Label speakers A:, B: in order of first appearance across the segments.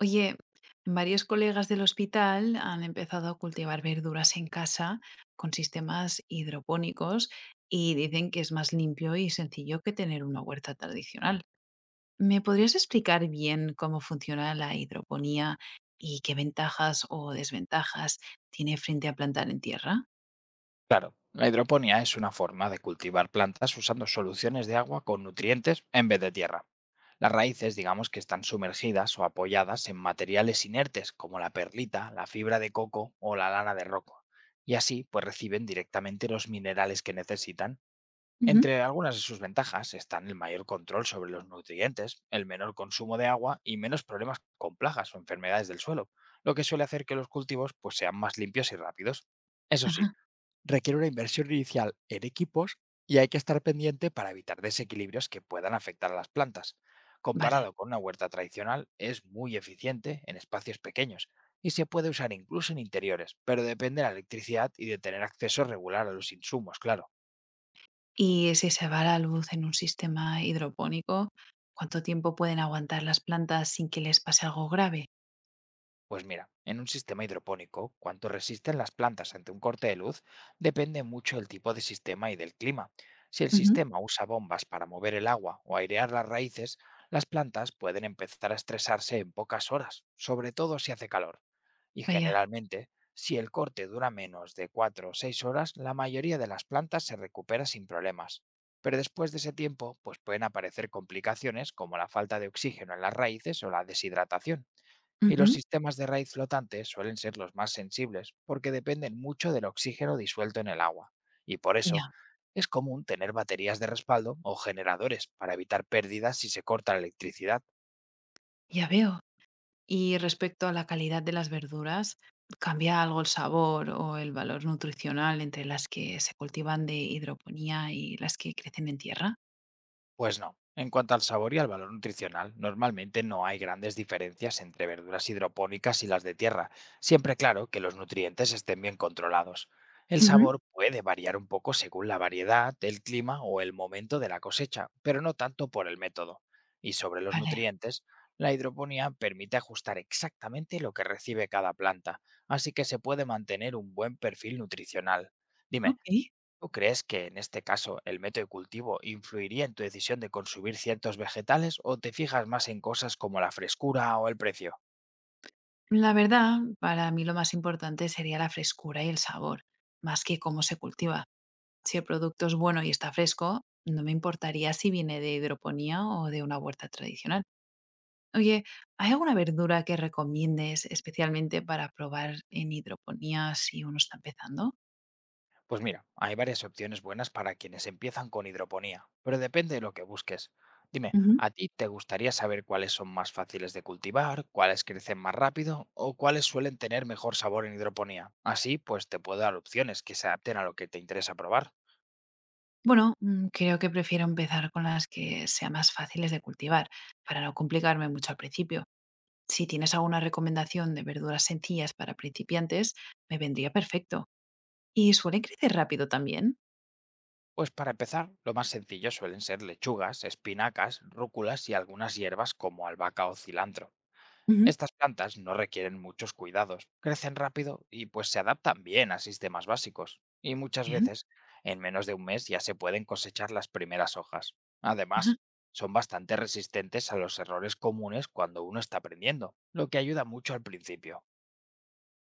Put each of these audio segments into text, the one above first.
A: Oye, varios colegas del hospital han empezado a cultivar verduras en casa con sistemas hidropónicos y dicen que es más limpio y sencillo que tener una huerta tradicional. ¿Me podrías explicar bien cómo funciona la hidroponía y qué ventajas o desventajas tiene frente a plantar en tierra?
B: Claro, la hidroponía es una forma de cultivar plantas usando soluciones de agua con nutrientes en vez de tierra. Las raíces, digamos que están sumergidas o apoyadas en materiales inertes como la perlita, la fibra de coco o la lana de roco, y así pues reciben directamente los minerales que necesitan.
A: Ujú.
B: Entre algunas de sus ventajas están el mayor control sobre los nutrientes, el menor consumo de agua y menos problemas con plagas o enfermedades del suelo, lo que suele hacer que los cultivos pues sean más limpios y rápidos. Eso
A: Ajá.
B: sí, requiere una inversión inicial en equipos y hay que estar pendiente para evitar desequilibrios que puedan afectar a las plantas.
A: Vale.
B: Comparado con una huerta tradicional, es muy eficiente en espacios pequeños y se puede usar incluso en interiores, pero depende de la electricidad y de tener acceso regular a los insumos, claro.
A: Y si se va la luz en un sistema hidropónico, ¿cuánto tiempo pueden aguantar las plantas sin que les pase algo grave?
B: Pues mira, en un sistema hidropónico, cuánto resisten las plantas ante un corte de luz depende mucho del tipo de sistema y del clima. Si el
A: Ujú.
B: sistema usa bombas para mover el agua o airear las raíces, las plantas pueden empezar a estresarse en pocas horas, sobre todo si hace calor. Y
A: Vaya.
B: generalmente, si el corte dura menos de 4 o 6 horas, la mayoría de las plantas se recupera sin problemas. Pero después de ese tiempo, pues pueden aparecer complicaciones como la falta de oxígeno en las raíces o la deshidratación. Y los
A: Ujú,
B: sistemas de raíz flotante suelen ser los más sensibles porque dependen mucho del oxígeno disuelto en el agua. Y por eso
A: ya,
B: es común tener baterías de respaldo o generadores para evitar pérdidas si se corta la electricidad.
A: ya veo. Y respecto a la calidad de las verduras, ¿cambia algo el sabor o el valor nutricional entre las que se cultivan de hidroponía y las que crecen en tierra?
B: Pues no. En cuanto al sabor y al valor nutricional, normalmente no hay grandes diferencias entre verduras hidropónicas y las de tierra, siempre claro que los nutrientes estén bien controlados. El
A: Ujú.
B: sabor puede variar un poco según la variedad, el clima o el momento de la cosecha, pero no tanto por el método. Y sobre los
A: Vale,
B: nutrientes, la hidroponía permite ajustar exactamente lo que recibe cada planta, así que se puede mantener un buen perfil nutricional. Dime,
A: ok.
B: ¿tú crees que en este caso el método de cultivo influiría en tu decisión de consumir ciertos vegetales o te fijas más en cosas como la frescura o el precio?
A: La verdad, para mí lo más importante sería la frescura y el sabor, más que cómo se cultiva. Si el producto es bueno y está fresco, no me importaría si viene de hidroponía o de una huerta tradicional. Oye, ¿hay alguna verdura que recomiendes especialmente para probar en hidroponía si uno está empezando?
B: Pues mira, hay varias opciones buenas para quienes empiezan con hidroponía, pero depende de lo que busques. Dime,
A: Ujú.
B: ¿a ti te gustaría saber cuáles son más fáciles de cultivar, cuáles crecen más rápido o cuáles suelen tener mejor sabor en hidroponía? Así, pues te puedo dar opciones que se adapten a lo que te interesa probar.
A: Bueno, creo que prefiero empezar con las que sean más fáciles de cultivar, para no complicarme mucho al principio. Si tienes alguna recomendación de verduras sencillas para principiantes, me vendría perfecto. ¿Y suelen crecer rápido también?
B: Pues para empezar, lo más sencillo suelen ser lechugas, espinacas, rúculas y algunas hierbas como albahaca o cilantro.
A: Ujú.
B: Estas plantas no requieren muchos cuidados, crecen rápido y pues se adaptan bien a sistemas básicos. Y muchas
A: Bien.
B: veces, en menos de un mes ya se pueden cosechar las primeras hojas. Además, son bastante resistentes a los errores comunes cuando uno está aprendiendo, lo que ayuda mucho al principio.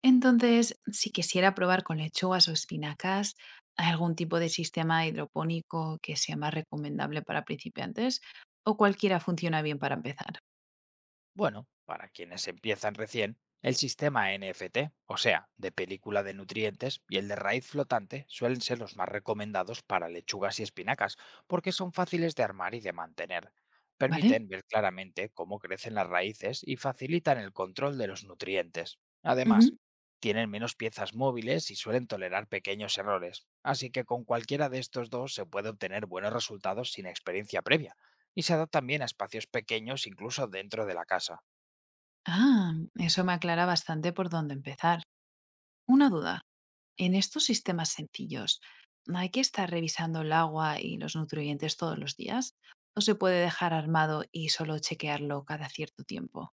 A: Entonces, si quisiera probar con lechugas o espinacas, ¿hay algún tipo de sistema hidropónico que sea más recomendable para principiantes? ¿O cualquiera funciona bien para empezar?
B: Bueno, para quienes empiezan recién, el sistema NFT, o sea, de película de nutrientes, y el de raíz flotante suelen ser los más recomendados para lechugas y espinacas, porque son fáciles de armar y de mantener.
A: ¿Vale?
B: Permiten ver claramente cómo crecen las raíces y facilitan el control de los nutrientes. Además,
A: Ujú.
B: tienen menos piezas móviles y suelen tolerar pequeños errores, así que con cualquiera de estos dos se puede obtener buenos resultados sin experiencia previa y se adaptan bien a espacios pequeños incluso dentro de la casa.
A: Ah, eso me aclara bastante por dónde empezar. Una duda, en estos sistemas sencillos, ¿hay que estar revisando el agua y los nutrientes todos los días? ¿O se puede dejar armado y solo chequearlo cada cierto tiempo?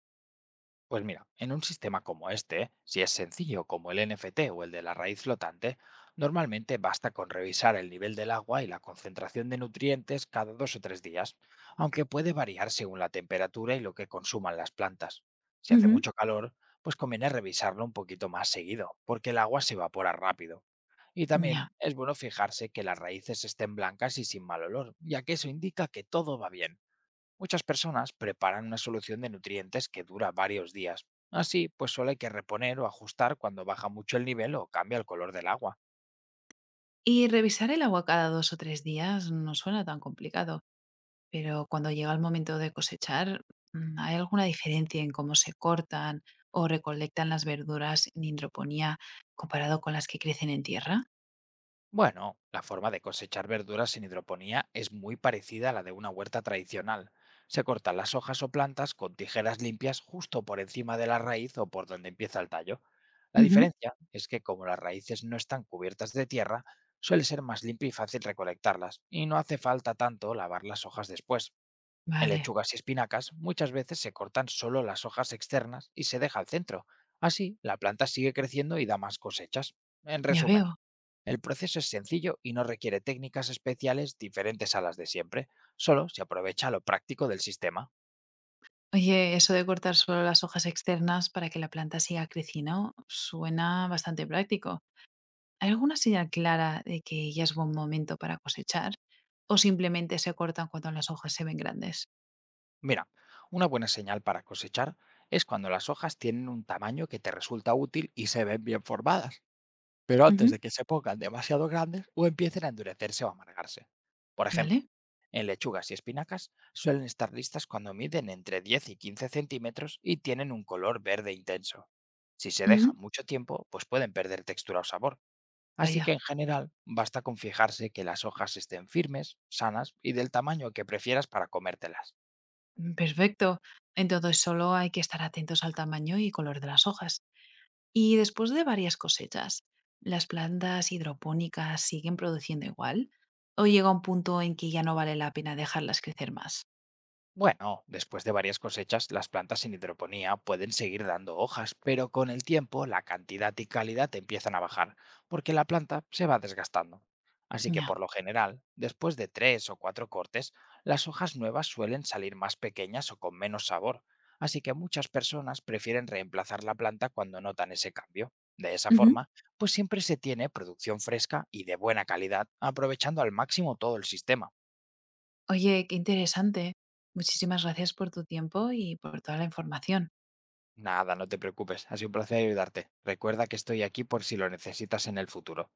B: Pues mira, en un sistema como este, si es sencillo como el NFT o el de la raíz flotante, normalmente basta con revisar el nivel del agua y la concentración de nutrientes cada dos o tres días, aunque puede variar según la temperatura y lo que consuman las plantas. Si hace
A: Ujú.
B: mucho calor, pues conviene revisarlo un poquito más seguido, porque el agua se evapora rápido. Y
A: Ya.
B: también es bueno fijarse que las raíces estén blancas y sin mal olor, ya que eso indica que todo va bien. Muchas personas preparan una solución de nutrientes que dura varios días. Así, pues solo hay que reponer o ajustar cuando baja mucho el nivel o cambia el color del agua.
A: Y revisar el agua cada 2 o 3 días no suena tan complicado, pero cuando llega el momento de cosechar, ¿hay alguna diferencia en cómo se cortan o recolectan las verduras en hidroponía comparado con las que crecen en tierra?
B: Bueno, la forma de cosechar verduras sin hidroponía es muy parecida a la de una huerta tradicional. Se cortan las hojas o plantas con tijeras limpias justo por encima de la raíz o por donde empieza el tallo. La
A: Ujú.
B: diferencia es que como las raíces no están cubiertas de tierra, suele ser más limpio y fácil recolectarlas, y no hace falta tanto lavar las hojas después. En
A: Vale,
B: lechugas y espinacas muchas veces se cortan solo las hojas externas y se deja el centro. Así, la planta sigue creciendo y da más cosechas. En
A: ya
B: resumen,
A: veo.
B: el proceso es sencillo y no requiere técnicas especiales diferentes a las de siempre, solo se aprovecha lo práctico del sistema.
A: Oye, eso de cortar solo las hojas externas para que la planta siga creciendo suena bastante práctico. ¿Hay alguna señal clara de que ya es buen momento para cosechar? ¿O simplemente se cortan cuando las hojas se ven grandes?
B: Mira, una buena señal para cosechar es cuando las hojas tienen un tamaño que te resulta útil y se ven bien formadas, pero antes
A: Ujú.
B: de que se pongan demasiado grandes o empiecen a endurecerse o amargarse. Por ejemplo,
A: ¿Vale?
B: en lechugas y espinacas suelen estar listas cuando miden entre 10 y 15 centímetros y tienen un color verde intenso. Si se dejan
A: Ujú.
B: mucho tiempo, pues pueden perder textura o sabor. Así
A: Vaya,
B: que en general basta con fijarse que las hojas estén firmes, sanas y del tamaño que prefieras para comértelas.
A: perfecto. Entonces solo hay que estar atentos al tamaño y color de las hojas. Y después de varias cosechas, ¿las plantas hidropónicas siguen produciendo igual? ¿O llega un punto en que ya no vale la pena dejarlas crecer más?
B: Bueno, después de varias cosechas, las plantas en hidroponía pueden seguir dando hojas, pero con el tiempo la cantidad y calidad empiezan a bajar, porque la planta se va desgastando. Así que
A: Ya.
B: por lo general, después de tres o cuatro cortes, las hojas nuevas suelen salir más pequeñas o con menos sabor, así que muchas personas prefieren reemplazar la planta cuando notan ese cambio. De esa
A: Ujú.
B: forma, pues siempre se tiene producción fresca y de buena calidad, aprovechando al máximo todo el sistema.
A: Oye, qué interesante. Muchísimas gracias por tu tiempo y por toda la información.
B: Nada, no te preocupes. Ha sido un placer ayudarte. Recuerda que estoy aquí por si lo necesitas en el futuro.